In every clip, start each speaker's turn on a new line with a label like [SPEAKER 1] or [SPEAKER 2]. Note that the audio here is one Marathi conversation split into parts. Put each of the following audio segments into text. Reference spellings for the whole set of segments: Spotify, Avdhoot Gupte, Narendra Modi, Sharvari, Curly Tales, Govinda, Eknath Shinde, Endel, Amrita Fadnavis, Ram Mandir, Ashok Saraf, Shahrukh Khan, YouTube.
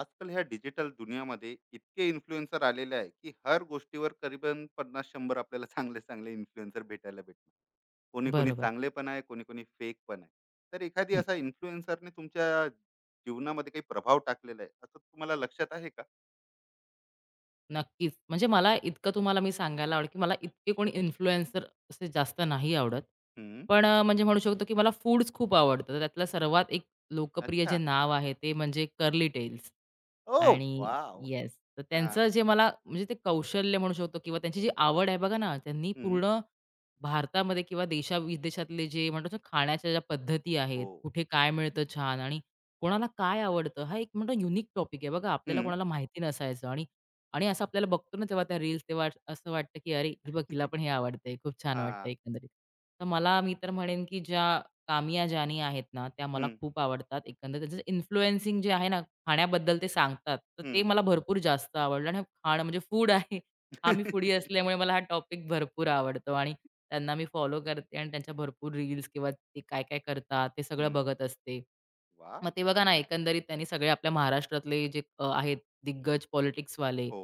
[SPEAKER 1] आजकाल ह्या डिजिटल दुनियामध्ये इतके इन्फ्लुएन्सर आलेले आहे, की हर गोष्टीवर करीबन 50 100 आपल्याला चांगले चांगले इन्फ्लुएन्सर भेटायला भेटणार. कोणी कोणी
[SPEAKER 2] बरोबर.
[SPEAKER 1] चांगले पण आहे, कोणी कोणी फेक पण आहे. तर एखादी
[SPEAKER 2] हं.
[SPEAKER 1] असा इन्फ्लुएन्सरने तुमच्या जीवनामध्ये काही प्रभाव टाकलेला आहे असं तुम्हाला लक्षात आहे का?
[SPEAKER 2] नक्कीच. म्हणजे मला इतकं तुम्हाला मी सांगायला आवडेल, की मला इतके कोणी इन्फ्लुएन्सर असे जास्त नाही आवडत.
[SPEAKER 1] हम्म.
[SPEAKER 2] पण म्हणजे म्हणू शकतो, की मला फूड्स खूप आवडतं. तर त्यातलं सर्वात एक लोकप्रिय जे
[SPEAKER 1] अच्छा.
[SPEAKER 2] नाव आहे ते म्हणजे कर्ली टेल्स.
[SPEAKER 1] ओ.
[SPEAKER 2] आणि
[SPEAKER 1] वाव.
[SPEAKER 2] येस. तर
[SPEAKER 1] हा.
[SPEAKER 2] त्यांचं जे मला म्हणजे ते कौशल्य म्हणू शकतो किंवा त्यांची जी आवड आहे बघा ना, त्यांनी
[SPEAKER 1] हम्म.
[SPEAKER 2] पूर्ण भारतामध्ये किंवा देशा-विदेशातले जे म्हणतो ना, खाण्याच्या ज्या पद्धती आहेत,
[SPEAKER 1] हो.
[SPEAKER 2] कुठे काय मिळतं छान आणि कोणाला काय आवडतं, हा एक म्हणतो युनिक टॉपिक आहे बघा. आपल्याला
[SPEAKER 1] हम्म.
[SPEAKER 2] कोणाला माहिती नसायचं आणि आणि असं आपल्याला बघतो ना, तेव्हा त्या रील्स तेव्हा असं वाटतं, की "अरे, हे बघ हिला पण हे आवडतंय, खूप छान
[SPEAKER 1] हा.
[SPEAKER 2] वाटतंय एकंदरीत." तर मला मी तर म्हणेन, की ज्या कामिया जानी आहेत ना, त्या मला
[SPEAKER 1] हम्म.
[SPEAKER 2] खूप आवडतात. एकंदरीत त्याचं इन्फ्लुएन्सिंग जे आहे ना, खाण्याबद्दल ते सांगतात. तर
[SPEAKER 1] हम्म.
[SPEAKER 2] ते मला
[SPEAKER 1] हम्म.
[SPEAKER 2] भरपूर जास्त आवडलं आणि खाणं म्हणजे फूड आहे. हा मी फूडी असल्यामुळे मला हा टॉपिक भरपूर आवडतो आणि त्यांना मी फॉलो करते आणि त्यांच्या भरपूर रील्स किंवा ते काय-काय करतात ते सगळं
[SPEAKER 1] हम्म.
[SPEAKER 2] बघत असते.
[SPEAKER 1] वा.
[SPEAKER 2] मग ते बघा ना एकंदरीत त्यांनी सगळे आपल्या महाराष्ट्रातले जे आहेत दिग्गज पॉलिटिक्सवाले,
[SPEAKER 1] हो,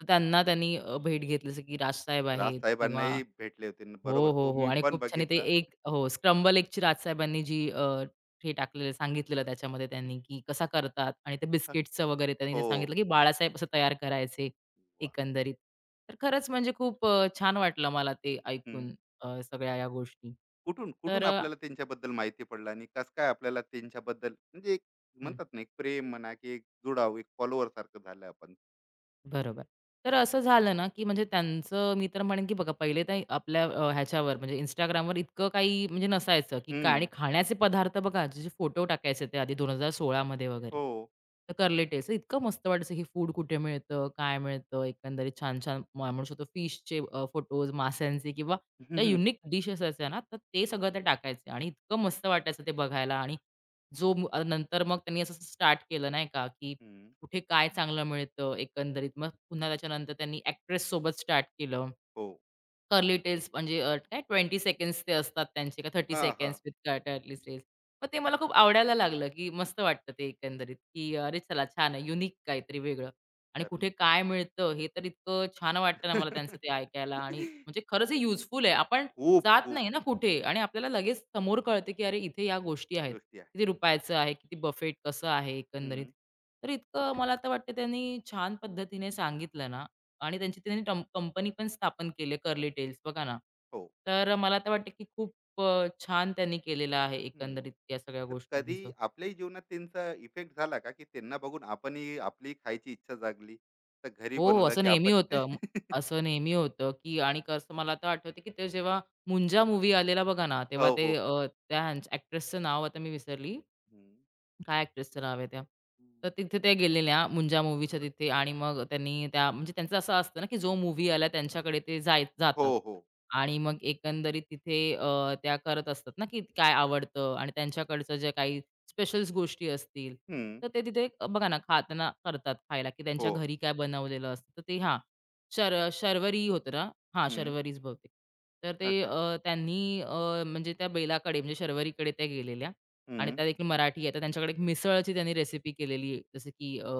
[SPEAKER 2] तर त्यांना त्यांनी भेट घेतली जसं की राजसाहेब
[SPEAKER 1] राज
[SPEAKER 2] आहेत किंवा
[SPEAKER 1] साहेबांनाही भेटले होते
[SPEAKER 2] हो,
[SPEAKER 1] बरोबर,
[SPEAKER 2] हो,
[SPEAKER 1] तो
[SPEAKER 2] हो.
[SPEAKER 1] मी
[SPEAKER 2] आणि
[SPEAKER 1] पण
[SPEAKER 2] खूप छान आहे ते
[SPEAKER 1] बघितला.
[SPEAKER 2] एक हो, स्क्रम्बल एगची राजसाहेबांनी जी हे टाकलेलं सांगितलेलं त्याच्यामध्ये त्यांनी, की कसा करतात आणि ते बिस्किट्सचं वगैरे त्यांनी ते सांगितलं,
[SPEAKER 1] हो.
[SPEAKER 2] की बाळासाहेब असं तयार करायचे
[SPEAKER 1] वाह!
[SPEAKER 2] एकंदरीत. तर खरंच म्हणजे खूप छान वाटलं मला ते
[SPEAKER 1] हं.
[SPEAKER 2] ऐकून सगळ्या या गोष्टी.
[SPEAKER 1] कुठून
[SPEAKER 2] तर
[SPEAKER 1] कुठून
[SPEAKER 2] अ
[SPEAKER 1] आपल्याला त्यांच्याबद्दल माहिती पडलं, आणि कसं काय आपल्याला त्यांच्याबद्दल म्हणजे एक
[SPEAKER 2] हं.
[SPEAKER 1] म्हणतात ना, एक प्रेम म्हणा की एक जुडाव, एक फॉलोवर सारखं झालं आपण.
[SPEAKER 2] बरोबर. तर असं झालं ना, की म्हणजे त्यांचं मी तर म्हणेन, की बघा पहिले तर आपल्या ह्याच्यावर म्हणजे Instagramवर इतकं काही म्हणजे नसायचं, की काय आणि
[SPEAKER 1] हं.
[SPEAKER 2] खाण्याचे पदार्थ बघा, जे जे फोटो टाकायचे ते आधी 2016 मध्ये वगैरे.
[SPEAKER 1] हो.
[SPEAKER 2] तर कर्ली टेस्ट इतकं मस्त वाटायचं, की फूड कुठे मिळतं, काय मिळतं, एकंदरीत छान-छान म्हणू शकतो फिशचे फोटोज, माशांचे किंवा त्या युनिक डिश असायच्या ना, तर ते सगळं ते टाकायचे आणि इतकं मस्त वाटायचं ते बघायला आणि नंतर मग त्यांनी असं स्टार्ट केलं नाही का, की
[SPEAKER 1] हं.
[SPEAKER 2] कुठे काय चांगलं मिळतं एकंदरीत. मग पुन्हा त्याच्यानंतर त्यांनी एक्ट्रेस सोबत स्टार्ट केलं.
[SPEAKER 1] हो.
[SPEAKER 2] कर्ली टेल्स म्हणजे काय 20 सेकंड्स ते असतात त्यांचे का 30
[SPEAKER 1] हां,
[SPEAKER 2] सेकंड्स
[SPEAKER 1] हां.
[SPEAKER 2] With curly tails. मग ते मला खूप आवडायला लागलं, की मस्त वाटतं ते एकंदरीत, की अरे चला छान आहे, युनिक काहीतरी वेगळं आणि कुठे
[SPEAKER 1] खरंच.
[SPEAKER 2] काय मिळतं हे तर इतकं छान वाटतं ना मला त्यांचं ते ऐकायला आणि म्हणजे खरंच हे युजफुल आहे. आपण जात
[SPEAKER 1] खूप-खूप
[SPEAKER 2] नाही ना कुठे आणि आपल्याला लगेच समोर कळते, की अरे इथे या गोष्टी आहेत.
[SPEAKER 1] गोष्टी आहेत.
[SPEAKER 2] किती रुपयाचं आहे, किती बफेट कसं आहे एकंदरीत.
[SPEAKER 1] हं.
[SPEAKER 2] तर इतकं मला तर वाटतं त्यांनी छान पद्धतीने सांगितलं ना आणि त्यांची त्यांनी टम कंपनी पण स्थापन केली कर्ली टेल्स बघा ना.
[SPEAKER 1] हो.
[SPEAKER 2] तर मला तर वाटतं की खूप छान त्यांनी केलेलं आहे
[SPEAKER 1] हं.
[SPEAKER 2] एकंदरीत या सगळ्या
[SPEAKER 1] तर कधी
[SPEAKER 2] गोष्टींचं.
[SPEAKER 1] आपल्याही जीवनात त्यांचा इफेक्ट झाला का, की त्यांना बघून आपणही आपली खायची इच्छा जागली? तर घरी
[SPEAKER 2] हो, हो.
[SPEAKER 1] बनवलं
[SPEAKER 2] असं
[SPEAKER 1] की
[SPEAKER 2] नेहमी
[SPEAKER 1] आपण.
[SPEAKER 2] होतं. असं नेहमी होतं की आणि कसं मला तर आठवते की ते जेव्हा मुंजा मूव्ही आलेला बघा ना, तेव्हा
[SPEAKER 1] हो, हो.
[SPEAKER 2] त्या ह्यांचं नाव आता मी विसरली. काय ॲक्ट्रेसचं नाव आहे त्या. तर
[SPEAKER 1] हं.
[SPEAKER 2] तिथे ते गेलेल्या मुंजा मूव्हीच्या तिथे आणि मग त्यांनी त्या म्हणजे त्यांचं असं असतं ना, की जो मूव्ही आला त्यांच्याकडे ते
[SPEAKER 1] हो,
[SPEAKER 2] जातात.
[SPEAKER 1] हो.
[SPEAKER 2] आणि मग एकंदरीत तिथे त्या करत असतात ना, की काय आवडतं आणि त्यांच्याकडचं जे काही स्पेशल्स गोष्टी असतील,
[SPEAKER 1] हं.
[SPEAKER 2] तर ते तिथे बघा ना खाताना करतात खायला, की
[SPEAKER 1] हो.
[SPEAKER 2] त्यांच्या घरी काय बनवलेलं असतं. तर ते हां, शर्वरी होतं ना? हां,
[SPEAKER 1] हं.
[SPEAKER 2] शर्वरीच बहुतेक. तर ते
[SPEAKER 1] अच्छा.
[SPEAKER 2] त्यांनी म्हणजे त्या बेलाकडे म्हणजे शर्वरीकडे त्या गेलेल्या आणि
[SPEAKER 1] हं.
[SPEAKER 2] त्या देखील मराठी आहे. तर त्यांच्याकडे एक मिसळची त्यांनी रेसिपी केलेली आहे. जसं की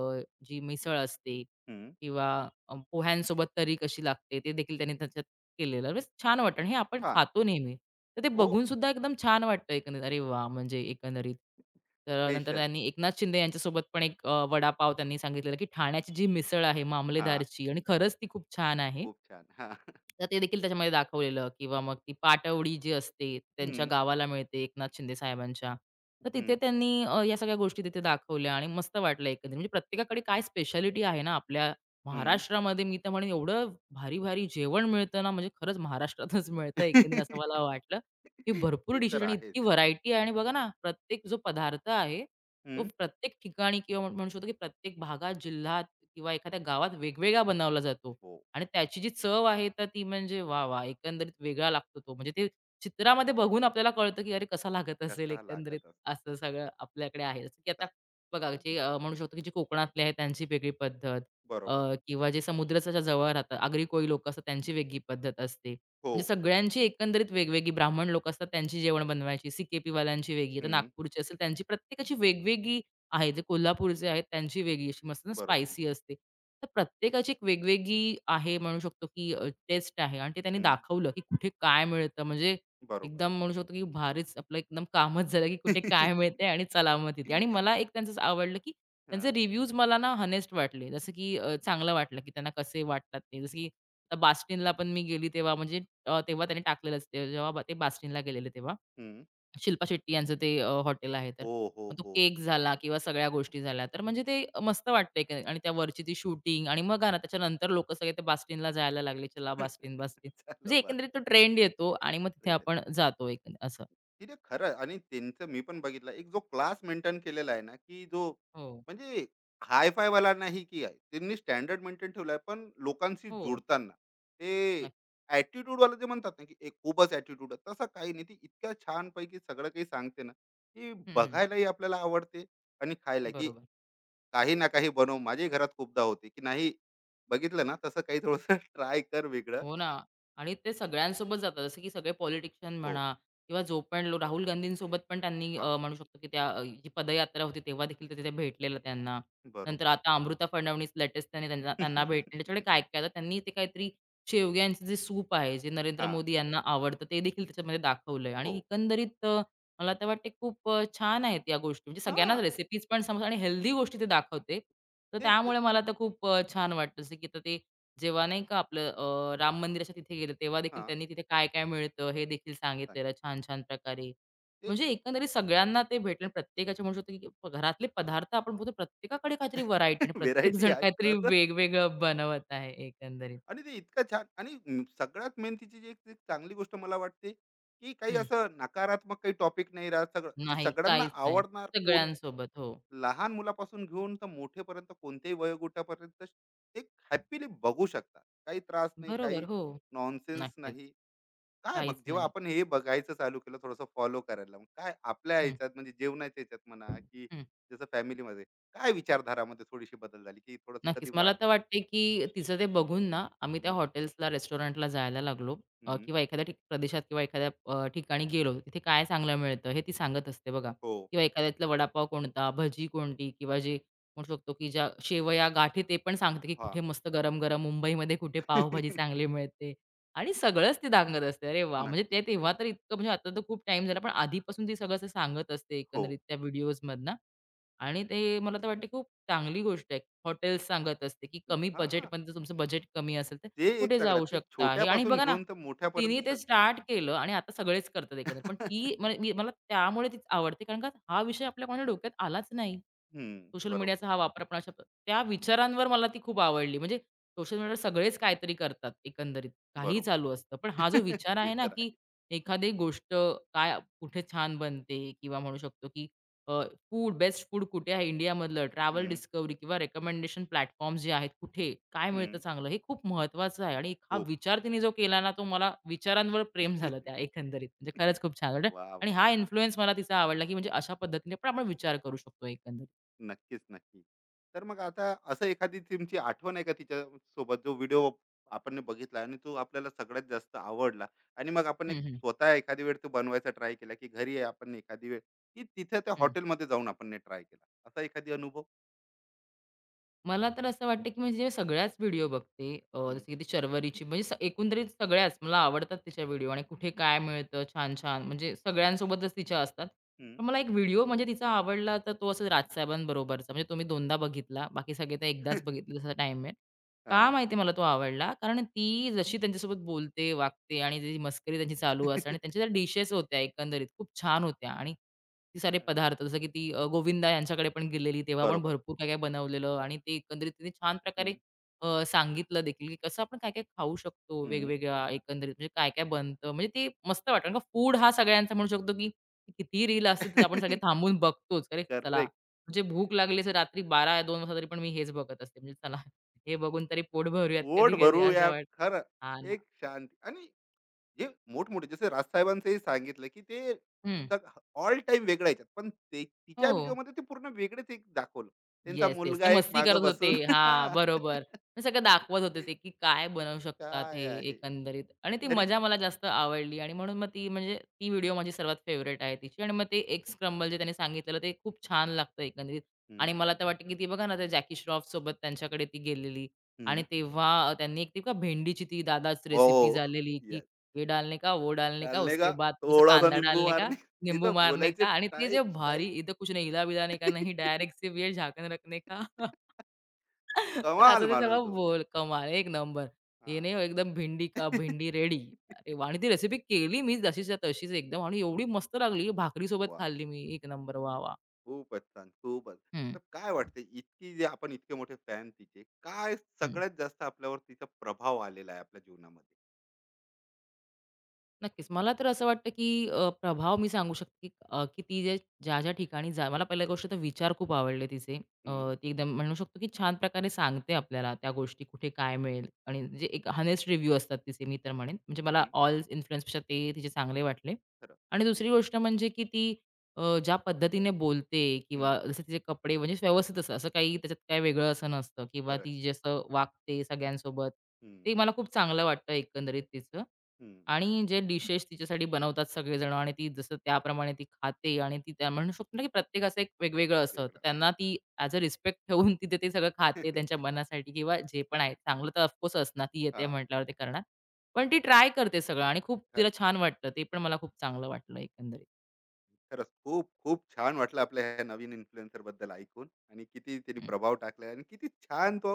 [SPEAKER 2] जी मिसळ असते
[SPEAKER 1] हं.
[SPEAKER 2] किंवा पोह्यांसोबत तरी कशी लागते ते देखील त्यांनी त्याच्यात केलेलं. म्हणजे छान वाटतं आणि हे आपण
[SPEAKER 1] छान.
[SPEAKER 2] खातो नेहमी. तर ते
[SPEAKER 1] हो,
[SPEAKER 2] बघून सुद्धा एकदम छान वाटतं एकंदरीत. अरे वा म्हणजे एकंदरीत. तर नंतर
[SPEAKER 1] स्पेशल.
[SPEAKER 2] त्यांनी एकनाथ शिंदे यांच्यासोबत पण एक वडापाव त्यांनी सांगितलेला, की ठाण्याची जी मिसळ आहे
[SPEAKER 1] हां,
[SPEAKER 2] मामलेदारची आणि खरंच ती खूप छान आहे.
[SPEAKER 1] खूप छान. हां.
[SPEAKER 2] तर ते देखील त्याच्यामध्ये दाखवलेलं किंवा मग ती पाटवडी जी असते, त्यांच्या
[SPEAKER 1] हं.
[SPEAKER 2] गावाला मिळते एकनाथ शिंदे साहेबांच्या. तर तिथे
[SPEAKER 1] हं.
[SPEAKER 2] त्यांनी या सगळ्या गोष्टी तिथे दाखवल्या आणि मस्त वाटलं एकंदरीत. म्हणजे प्रत्येकाकडे काय स्पेशालिटी आहे ना आपल्या
[SPEAKER 1] हं.
[SPEAKER 2] महाराष्ट्रामध्ये मी तर म्हणेन एवढं भारी-भारी जेवण मिळतं ना, म्हणजे खरंच महाराष्ट्रातच मिळतं एकंदरीत असं मला वाटलं, की भरपूर
[SPEAKER 1] ते
[SPEAKER 2] डिशेस
[SPEAKER 1] तर
[SPEAKER 2] आणि इतकी
[SPEAKER 1] आहेच यार.
[SPEAKER 2] व्हरायटी आहे आणि बघा ना, प्रत्येक जो पदार्थ आहे, तो
[SPEAKER 1] हं.
[SPEAKER 2] प्रत्येक ठिकाणी किंवा म्हणू शकतो, की प्रत्येक भागात, जिल्ह्यात किंवा एखाद्या गावात वेगवेगळा बनवला जातो.
[SPEAKER 1] हो,
[SPEAKER 2] आणि त्याची जी चव आहे तर ती म्हणजे वाह! वाह! एकंदरीत वेगळा लागतो तो. म्हणजे ते चित्रामध्ये बघून आपल्याला कळतं, की अरे कसा लागत असेल
[SPEAKER 1] कसा
[SPEAKER 2] एकंदरीत
[SPEAKER 1] लागत
[SPEAKER 2] असं सगळं आपल्याकडे आहे. जसं की आता
[SPEAKER 1] असता.
[SPEAKER 2] बघा जे
[SPEAKER 1] किती
[SPEAKER 2] म्हणू शकतो, की जे कोकणातले आहेत त्यांची वेगळी पद्धत
[SPEAKER 1] बरोबर.
[SPEAKER 2] अ, किंवा जे समुद्राच्या जवळ राहतात आगरी कोळी लोकं असतात त्यांची वेगळी पद्धत असते.
[SPEAKER 1] हो,
[SPEAKER 2] म्हणजे सगळ्यांची एकंदरीत वेगवेगळी ब्राह्मण लोकं असतात त्यांची जेवण बनवायची, सी-के-पी वाल्यांची वेगळी, आता
[SPEAKER 1] हं.
[SPEAKER 2] नागपूरची असेल त्यांची प्रत्येकाची वेगवेगळी आहे, जे कोल्हापूरचे आहेत त्यांची वेगळी अशी मस्त ना
[SPEAKER 1] बरोबर.
[SPEAKER 2] स्पायसी असते. तर प्रत्येकाची एक वेगवेगळी आहे म्हणू शकतो की टेस्ट आहे आणि ते त्यांनी
[SPEAKER 1] हं.
[SPEAKER 2] दाखवलं की कुठे काय मिळतं. म्हणजे
[SPEAKER 1] बरोबर.
[SPEAKER 2] एकदम म्हणू शकतो की भारीच आपलं एकदम कामच झालं की कुठे काय मिळतंय आणि चला मग तिथे. आणि मला एक त्यांचं असं आवडलं की त्यांचे
[SPEAKER 1] हां.
[SPEAKER 2] रिव्ह्यूज मला ना हॉनेस्ट वाटले. जसं की चांगलं वाटलं की त्यांना कसे वाटतात ते. जसं की आता बास्टिनला पण मी गेली तेव्हा म्हणजे तेव्हा त्यांनी टाकलेलंच ते जेव्हा ते बास्टिनला गेलेले तेव्हा.
[SPEAKER 1] हं.
[SPEAKER 2] शिल्पा शेट्टी यांचं ते हॉटेल आहे तर.
[SPEAKER 1] हो, हो,
[SPEAKER 2] मग तो
[SPEAKER 1] हो.
[SPEAKER 2] केक झाला किंवा सगळ्या गोष्टी झाल्या. तर म्हणजे ते मस्त वाटतं एकंदरीत आणि त्या वरची ती शूटिंग आणि मग बघा ना त्याच्यानंतर लोकं सगळे ते बास्टिनला जायला लागले. चला बास्टिन, बास्टिन.
[SPEAKER 1] चलो
[SPEAKER 2] म्हणजे
[SPEAKER 1] बस.
[SPEAKER 2] एकंदरीत तो ट्रेंड येतो आणि मग तिथे
[SPEAKER 1] ट्रेन
[SPEAKER 2] आपण जातो एकंद असं.
[SPEAKER 1] तिथे खरं. आणि त्यांचं मी पण बघितलं, एक जो क्लास मेंटेन केलेला आहे ना, की जो
[SPEAKER 2] हो.
[SPEAKER 1] म्हणजे हाय फाय वाला नाही, की आहे त्यांनी स्टँडर्ड मेंटेन ठेवला आहे, पण लोकांशी
[SPEAKER 2] हो.
[SPEAKER 1] जुडताना ते
[SPEAKER 2] नक्की.
[SPEAKER 1] ऍटिट्यूड वाला जे म्हणतात ना, की एक खूपच ऍटिट्यूड आहे तसं काही नाही. ती इतक्या छानपैकी सगळं काही सांगते ना, की
[SPEAKER 2] हं, हं.
[SPEAKER 1] बघायलाही आपल्याला आवडते आणि खायला की
[SPEAKER 2] बरोबर.
[SPEAKER 1] काही ना काही बनव. माझ्याही घरात खूपदा होते, की नाही बघितलं ना, तसं काही थोडस ट्राय कर वेगळं.
[SPEAKER 2] हो ना आणि ते सगळ्यांसोबत जातात. जसं की सगळे पॉलिटिशियन
[SPEAKER 1] हो.
[SPEAKER 2] म्हणा किंवा जो पण लो राहुल गांधींसोबत पण त्यांनी
[SPEAKER 1] हा.
[SPEAKER 2] म्हणू शकतो की त्या जी पदयात्रा होती तेव्हा देखील ते तिथे भेटलेलं त्यांना. नंतर
[SPEAKER 1] बरोबर.
[SPEAKER 2] आता अमृता फडणवीस लेटेस्ट त्यांनी त्यांना त्यांना भेटले. त्याच्याकडे काय काय आता त्यांनी ते काहीतरी शेवग्यांचं जे सूप आहे, जे नरेंद्र
[SPEAKER 1] हा.
[SPEAKER 2] मोदी यांना आवडतं ते देखील त्याच्यामध्ये दाखवलंय
[SPEAKER 1] हो.
[SPEAKER 2] आणि एकंदरीत मला तर वाटते खूप छान आहेत या गोष्टी. म्हणजे
[SPEAKER 1] हा.
[SPEAKER 2] सगळ्यांनाच रेसिपीज पण समज आणि हेल्दी गोष्टी ते दाखवते. तर
[SPEAKER 1] तेच ते.
[SPEAKER 2] त्यामुळे मला तर खूप छान वाटतं. जसं की आता ते जेव्हा नाही का आपलं राम मंदिराच्या तिथे गेलं, तेव्हा देखील
[SPEAKER 1] हां,
[SPEAKER 2] त्यांनी तिथे काय-काय मिळतं हे देखील सांगितलेलं
[SPEAKER 1] सांगितलं.
[SPEAKER 2] छान-छान प्रकारे.
[SPEAKER 1] तेच.
[SPEAKER 2] म्हणजे एकंदरीत सगळ्यांना ते भेटलं. प्रत्येकाच्या म्हणू शकतो, की घरातले पदार्थ आपण बघतो प्रत्येकाकडे काहीतरी व्हरायटी आणि प्रत्येक
[SPEAKER 1] व्हेरायटी
[SPEAKER 2] जण
[SPEAKER 1] आहे
[SPEAKER 2] काहीतरी
[SPEAKER 1] खरंच.
[SPEAKER 2] वेगवेगळं बनवत आहे एकंदरीत.
[SPEAKER 1] आणि ते इतकं छान. आणि सगळ्यात मेन तिची जी एक एक चांगली गोष्ट मला वाटते, की काही
[SPEAKER 2] हं.
[SPEAKER 1] असं नकारात्मक काही टॉपिक नाही राहत. सगळं, की
[SPEAKER 2] नाही,
[SPEAKER 1] सगळ्यांना
[SPEAKER 2] काहीच नाही.
[SPEAKER 1] आवडणार. कोण
[SPEAKER 2] सगळ्यांसोबत. हो.
[SPEAKER 1] लहान मुलापासून घेऊन तर मोठेपर्यंत, कोणत्याही वयोगटापर्यंत एक हॅपीली बघू शकतात. काही त्रास नाही,
[SPEAKER 2] बरोबर.
[SPEAKER 1] काही
[SPEAKER 2] हो.
[SPEAKER 1] नॉनसेन्स
[SPEAKER 2] नक्कीच.
[SPEAKER 1] नाही. काय मग
[SPEAKER 2] काहीच
[SPEAKER 1] जेव्हा
[SPEAKER 2] नाही.
[SPEAKER 1] आपण हे बघायचं चालू केलं, थोडंसं फॉलो करायला, मग काय आपल्या
[SPEAKER 2] हं,
[SPEAKER 1] ह्याच्यात, म्हणजे जेवणाच्या ह्याच्यात म्हणा की,
[SPEAKER 2] हं.
[SPEAKER 1] जसं फॅमिलीमध्ये काय विचारधारामध्ये थोडीशी बदल झाली, की थोडस कधी
[SPEAKER 2] नक्कीच. मला
[SPEAKER 1] वाट.
[SPEAKER 2] तर वाटते, की तिचं ते बघून ना, आम्ही त्या
[SPEAKER 1] हं,
[SPEAKER 2] हॉटेल्सला, रेस्टॉरंटला जायला लागलो
[SPEAKER 1] हं,
[SPEAKER 2] किंवा एखाद्या प्रदेशात किंवा एखाद्या ठिकाणी गेलो, तिथे काय चांगलं मिळतं हे ती सांगत असते बघा
[SPEAKER 1] हो.
[SPEAKER 2] किंवा एखाद्यातला वडापाव कोणता, भजी कोणती किंवा जे म्हणू शकतो, की ज्या शेवया, गाठी ते पण सांगते, की
[SPEAKER 1] हा.
[SPEAKER 2] कुठे मस्त गरम-गरम मुंबईमध्ये कुठे पावभाजी चांगली मिळते आणि सगळंच ती सांगत असते. अरे वाह! म्हणजे
[SPEAKER 1] नक्की.
[SPEAKER 2] ते तेव्हा तर इतकं म्हणजे आता तर खूप टाईम झाला, पण आधीपासून ती सगळं असं सांगत असते
[SPEAKER 1] हो.
[SPEAKER 2] एकंदरीत त्या व्हिडिओजमधनं आणि ते मला तर वाटते खूप चांगली गोष्ट आहे. हॉटेल्स सांगत असते, की कमी
[SPEAKER 1] हा.
[SPEAKER 2] बजेटमध्ये तुमचं बजेट कमी असेल तर
[SPEAKER 1] ते एक
[SPEAKER 2] कुठे
[SPEAKER 1] सगळ्यात
[SPEAKER 2] जाऊ
[SPEAKER 1] की
[SPEAKER 2] शकता हे आणि
[SPEAKER 1] छोट्यापासून
[SPEAKER 2] बघा ना,
[SPEAKER 1] घेऊन तर
[SPEAKER 2] तिने
[SPEAKER 1] मोठ्यापर्यंत
[SPEAKER 2] ते
[SPEAKER 1] सगळं.
[SPEAKER 2] स्टार्ट केलं आणि आता सगळेच करतात एकंदरीत. पण ती मला मी मला त्यामुळे तीच आवडते कारण का हा विषय आपल्या कोणाच्या डोक्यात आलाच नाही. सोशल
[SPEAKER 1] बरोबर.
[SPEAKER 2] मीडियाचा हा वापर आपण त्या विचारांवर मला ती खूप आवडली. म्हणजे सोशल मीडियावर सगळेच काहीतरी करतात एकंदरीत. काहीही
[SPEAKER 1] बरोबर.
[SPEAKER 2] चालू असतं. पण हा जो विचार
[SPEAKER 1] ते
[SPEAKER 2] आहे ना,
[SPEAKER 1] तर
[SPEAKER 2] की
[SPEAKER 1] आहे.
[SPEAKER 2] एखादी गोष्ट काय कुठे छान बनते किंवा म्हणू शकतो, की अ, फूड, बेस्ट फूड कुठे आहे इंडियामधलं, ट्रॅव्हल
[SPEAKER 1] हम्म.
[SPEAKER 2] डिस्कव्हरी किंवा रेकमेंडेशन प्लॅटफॉर्म्स जे आहेत, कुठे काय मिळतं
[SPEAKER 1] हम्म.
[SPEAKER 2] चांगलं, हे खूप महत्त्वाचं आहे. आणि हा
[SPEAKER 1] खूप.
[SPEAKER 2] विचार तिने जो केला ना, तो मला विचारांवर प्रेम झालं त्या एकंदरीत. म्हणजे खरंच खूप छान वाटलं
[SPEAKER 1] वा
[SPEAKER 2] आणि
[SPEAKER 1] वा.
[SPEAKER 2] हा इन्फ्लुअन्स मला तिचा आवडला, की म्हणजे अशा पद्धतीने पण आपण विचार करू शकतो एकंदरीत.
[SPEAKER 1] नक्कीच, नक्की. तर मग आता असं एखादी तुमची आठवण आहे का, तिच्या सोबत जो व्हिडिओ आपण बघितला आणि तो आपल्याला सगळ्यात जास्त आवडला, आणि मग आपण एक
[SPEAKER 2] हं, हं.
[SPEAKER 1] स्वतः एखादी वेळ तो बनवायचा ट्राय केला, की घरी आपण एखादी वेळ, की तिथे त्या
[SPEAKER 2] हं.
[SPEAKER 1] हॉटेलमध्ये जाऊन आपण ट्राय केला? असा एखादी अनुभव?
[SPEAKER 2] मला तर असं वाटतं, की म्हणजे सगळ्याच व्हिडिओ बघते. जसं
[SPEAKER 1] हं,
[SPEAKER 2] की ती शर्वरीची म्हणजे एकंदरीत सगळ्याच मला आवडतात तिच्या व्हिडिओ आणि कुठे काय मिळतं छान-छान म्हणजे सगळ्यांसोबतच तिच्या असतात.
[SPEAKER 1] हं.
[SPEAKER 2] पण मला एक व्हिडिओ म्हणजे तिचा आवडला तर तो असंच राजसाहेबांबरोबरचा म्हणजे तो मी 2दा बघितला. बाकी सगळे तर एकदाच बघितले तसा टाईम मिळेल. का
[SPEAKER 1] हां.
[SPEAKER 2] माहिती मला तो आवडला कारण ती जशी त्यांच्यासोबत बोलते, वागते आणि जी मस्करी त्यांची चालू असते आणि त्यांच्या ज्या डिशेस होत्या एकंदरीत खूप छान होत्या आणि ती सारे पदार्थ जसं की ती गोविंदा यांच्याकडे पण गेलेली, तेव्हा पण
[SPEAKER 1] बरोबर.
[SPEAKER 2] भरपूर काय-काय बनवलेलं आणि ते एकंदरीत तिने छान प्रकारे
[SPEAKER 1] हं,
[SPEAKER 2] सांगितलं देखील, की कसं आपण काय-काय खाऊ शकतो
[SPEAKER 1] हं.
[SPEAKER 2] वेगवेगळ्या एकंदरीत म्हणजे काय-काय बनतं. म्हणजे ते मस्त वाटतं कारण का फूड हा सगळ्यांचा म्हणू शकतो, की कितीही रील असतील तर आपण सगळे थांबून बघतोच. अरे चला,
[SPEAKER 1] करेक्ट.
[SPEAKER 2] म्हणजे भूक लागली असेल रात्री 12-2 वाजता तरी पण मी हेच बघत असते. म्हणजे चला हे बघून तरी पोट भरूयात
[SPEAKER 1] पोट
[SPEAKER 2] कधी-कधी
[SPEAKER 1] भरू
[SPEAKER 2] असं
[SPEAKER 1] यार.
[SPEAKER 2] वाटतं.
[SPEAKER 1] खरं.
[SPEAKER 2] हां ना.
[SPEAKER 1] एक शांती. आणि जे मोठमोठे, जसे राजसाहेबांचंही सांगितलं, की ते
[SPEAKER 2] हं.
[SPEAKER 1] ऑल टाइम वेगळ्या याच्यात, पण ते तिच्या
[SPEAKER 2] हो.
[SPEAKER 1] व्हिडिओमध्ये ते पूर्ण वेगळेच एक दाखवलं. त्यांचा
[SPEAKER 2] येस, येस. ते
[SPEAKER 1] मुलगा एक
[SPEAKER 2] मस्ती
[SPEAKER 1] माग
[SPEAKER 2] करत होते.
[SPEAKER 1] बसून.
[SPEAKER 2] हां,
[SPEAKER 1] हा.
[SPEAKER 2] बरोबर. हे सगळं दाखवत होते ते, की काय बनवू शकतात हे
[SPEAKER 1] काय आहे
[SPEAKER 2] एकंदरीत आणि
[SPEAKER 1] आणि
[SPEAKER 2] ती
[SPEAKER 1] घरी.
[SPEAKER 2] मजा मला जास्त आवडली आणि म्हणून मग ती म्हणजे ती व्हिडिओ माझी सर्वात फेव्हरेट आहे तिची आणि मग ते एग्स क्रंबल जे त्यांनी सांगितलेलं ते खूप छान लागतं एकंदरीत
[SPEAKER 1] हम्म,
[SPEAKER 2] आणि मला तर वाटतं, की ती बघा ना, त्या जॅकी श्रॉफसोबत त्यांच्याकडे ती गेलेली आणि
[SPEAKER 1] हम्म,
[SPEAKER 2] तेव्हा त्यांनी एक ती का भेंडीची ती दादाच रेसिपी
[SPEAKER 1] हो.
[SPEAKER 2] झालेली, की
[SPEAKER 1] Yes.
[SPEAKER 2] "ये डालने का, वो डालने का,
[SPEAKER 1] डालने का.
[SPEAKER 2] उसके बाद थोडासा
[SPEAKER 1] थोडासा
[SPEAKER 2] कांदा
[SPEAKER 1] निंबू
[SPEAKER 2] डालने का."
[SPEAKER 1] मारणे.
[SPEAKER 2] नींबू
[SPEAKER 1] तिचं
[SPEAKER 2] मारने
[SPEAKER 1] बोलायचं
[SPEAKER 2] का आणि ते
[SPEAKER 1] टाय
[SPEAKER 2] जे
[SPEAKER 1] टाय.
[SPEAKER 2] भारी इधर कुछ नहीं हिला-बिला नहीं करना, ही डायरेक्ट सिर्फ ये झाकण रखने का. तर
[SPEAKER 1] कमाल
[SPEAKER 2] असं ते
[SPEAKER 1] माणूस
[SPEAKER 2] सगळं
[SPEAKER 1] दोघे.
[SPEAKER 2] बोल कमाल एक नंबर.
[SPEAKER 1] हा.
[SPEAKER 2] हे नाही हो, एकदम भिंडी का भिंडी रेडी. अरे वाह! आणि ती रेसिपी केली मी जशीच्या तशीच एकदम आणि एवढी मस्त लागली, भाकरीसोबत
[SPEAKER 1] वा.
[SPEAKER 2] खाल्ली मी. एक नंबर वाह! वाह!
[SPEAKER 1] खूपच छान, खूपच.
[SPEAKER 2] हं.
[SPEAKER 1] तर काय वाटते, इतकी जे आपण इतके मोठे फॅन तिचे, काय
[SPEAKER 2] हं.
[SPEAKER 1] सगळ्यात जास्त आपल्यावर तिचा प्रभाव आलेला आहे आपल्या जीवनामध्ये?
[SPEAKER 2] नक्कीच. मला तर असं वाटतं, की प्रभाव मी सांगू शकते, की की ती जे ज्या-ज्या ठिकाणी जा मला पहिल्या गोष्ट तर विचार खूप आवडले तिचे. अ,
[SPEAKER 1] हं,
[SPEAKER 2] ती एकदम म्हणू शकतो, की छान प्रकारे सांगते आपल्याला त्या गोष्टी कुठे काय मिळेल आणि जे एक हनेस्ट रिव्ह्यू असतात तिचे मी तर म्हणेन. म्हणजे मला
[SPEAKER 1] हं,
[SPEAKER 2] ऑल इन्फ्लुएन्सपेक्षा ते तिचे चांगले वाटले.
[SPEAKER 1] खरं.
[SPEAKER 2] आणि दुसरी
[SPEAKER 1] हं,
[SPEAKER 2] गोष्ट म्हणजे, की ती ज्या पद्धतीने बोलते किंवा
[SPEAKER 1] हं,
[SPEAKER 2] जसे तिचे कपडे म्हणजे व्यवस्थित असतात. असं काही त्याच्यात काही वेगळं असं नसतं किंवा
[SPEAKER 1] खरं.
[SPEAKER 2] ती जसं वागते सगळ्यांसोबत,
[SPEAKER 1] हं,
[SPEAKER 2] ते मला खूप चांगलं वाटतं एकंदरीत तिचं.
[SPEAKER 1] हं,
[SPEAKER 2] आणि जे डिशेस तिच्यासाठी बनवतात सगळेजण आणि ती जसं त्याप्रमाणे ती खाते आणि ती त्या म्हणू शकतो ना, की प्रत्येकाचं एक वेगवेगळं असतं. तर
[SPEAKER 1] वेगळा हां.
[SPEAKER 2] त्यांना ती ॲज अ रिस्पेक्ट ठेवून तिथे ते सगळं खाते त्यांच्या मनासाठी किंवा जे पण आहे. चांगलं तर ऑफकोर्स असणार ती येते
[SPEAKER 1] खरं.
[SPEAKER 2] म्हटल्यावर ते करणार. पण ती ट्राय करते सगळं आणि खूप तिला छान वाटलं. ते पण मला खूप चांगलं वाटलं एकंदरीत.
[SPEAKER 1] खरंच खूप खूप छान वाटलं आपल्या ह्या नवीन इन्फ्लुएन्सर बद्दल ऐकून, आणि किती त्यांनी
[SPEAKER 2] हं.
[SPEAKER 1] प्रभाव टाकलाय आणि किती छान तो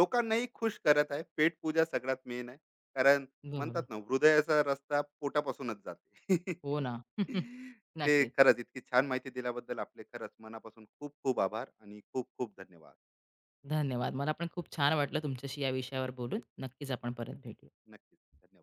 [SPEAKER 1] लोकांनाही खुश करत आहे. पेट पूजा सगळ्यात मेन आहे, कारण
[SPEAKER 2] बरोबर.
[SPEAKER 1] म्हणतात ना, हृदयाचा रस्ता पोटापासूनच जाते.
[SPEAKER 2] हो ना.
[SPEAKER 1] ते
[SPEAKER 2] नक्कीच.
[SPEAKER 1] खरंच इतकी छान माहिती दिल्याबद्दल आपले खरंच मनापासून खूप खूप आभार, आणि खूप खूप धन्यवाद.
[SPEAKER 2] धन्यवाद. मला पण खूप छान वाटलं तुमच्याशी या विषयावर बोलून. नक्कीच आपण परत भेटू.
[SPEAKER 1] नक्कीच, धन्यवाद.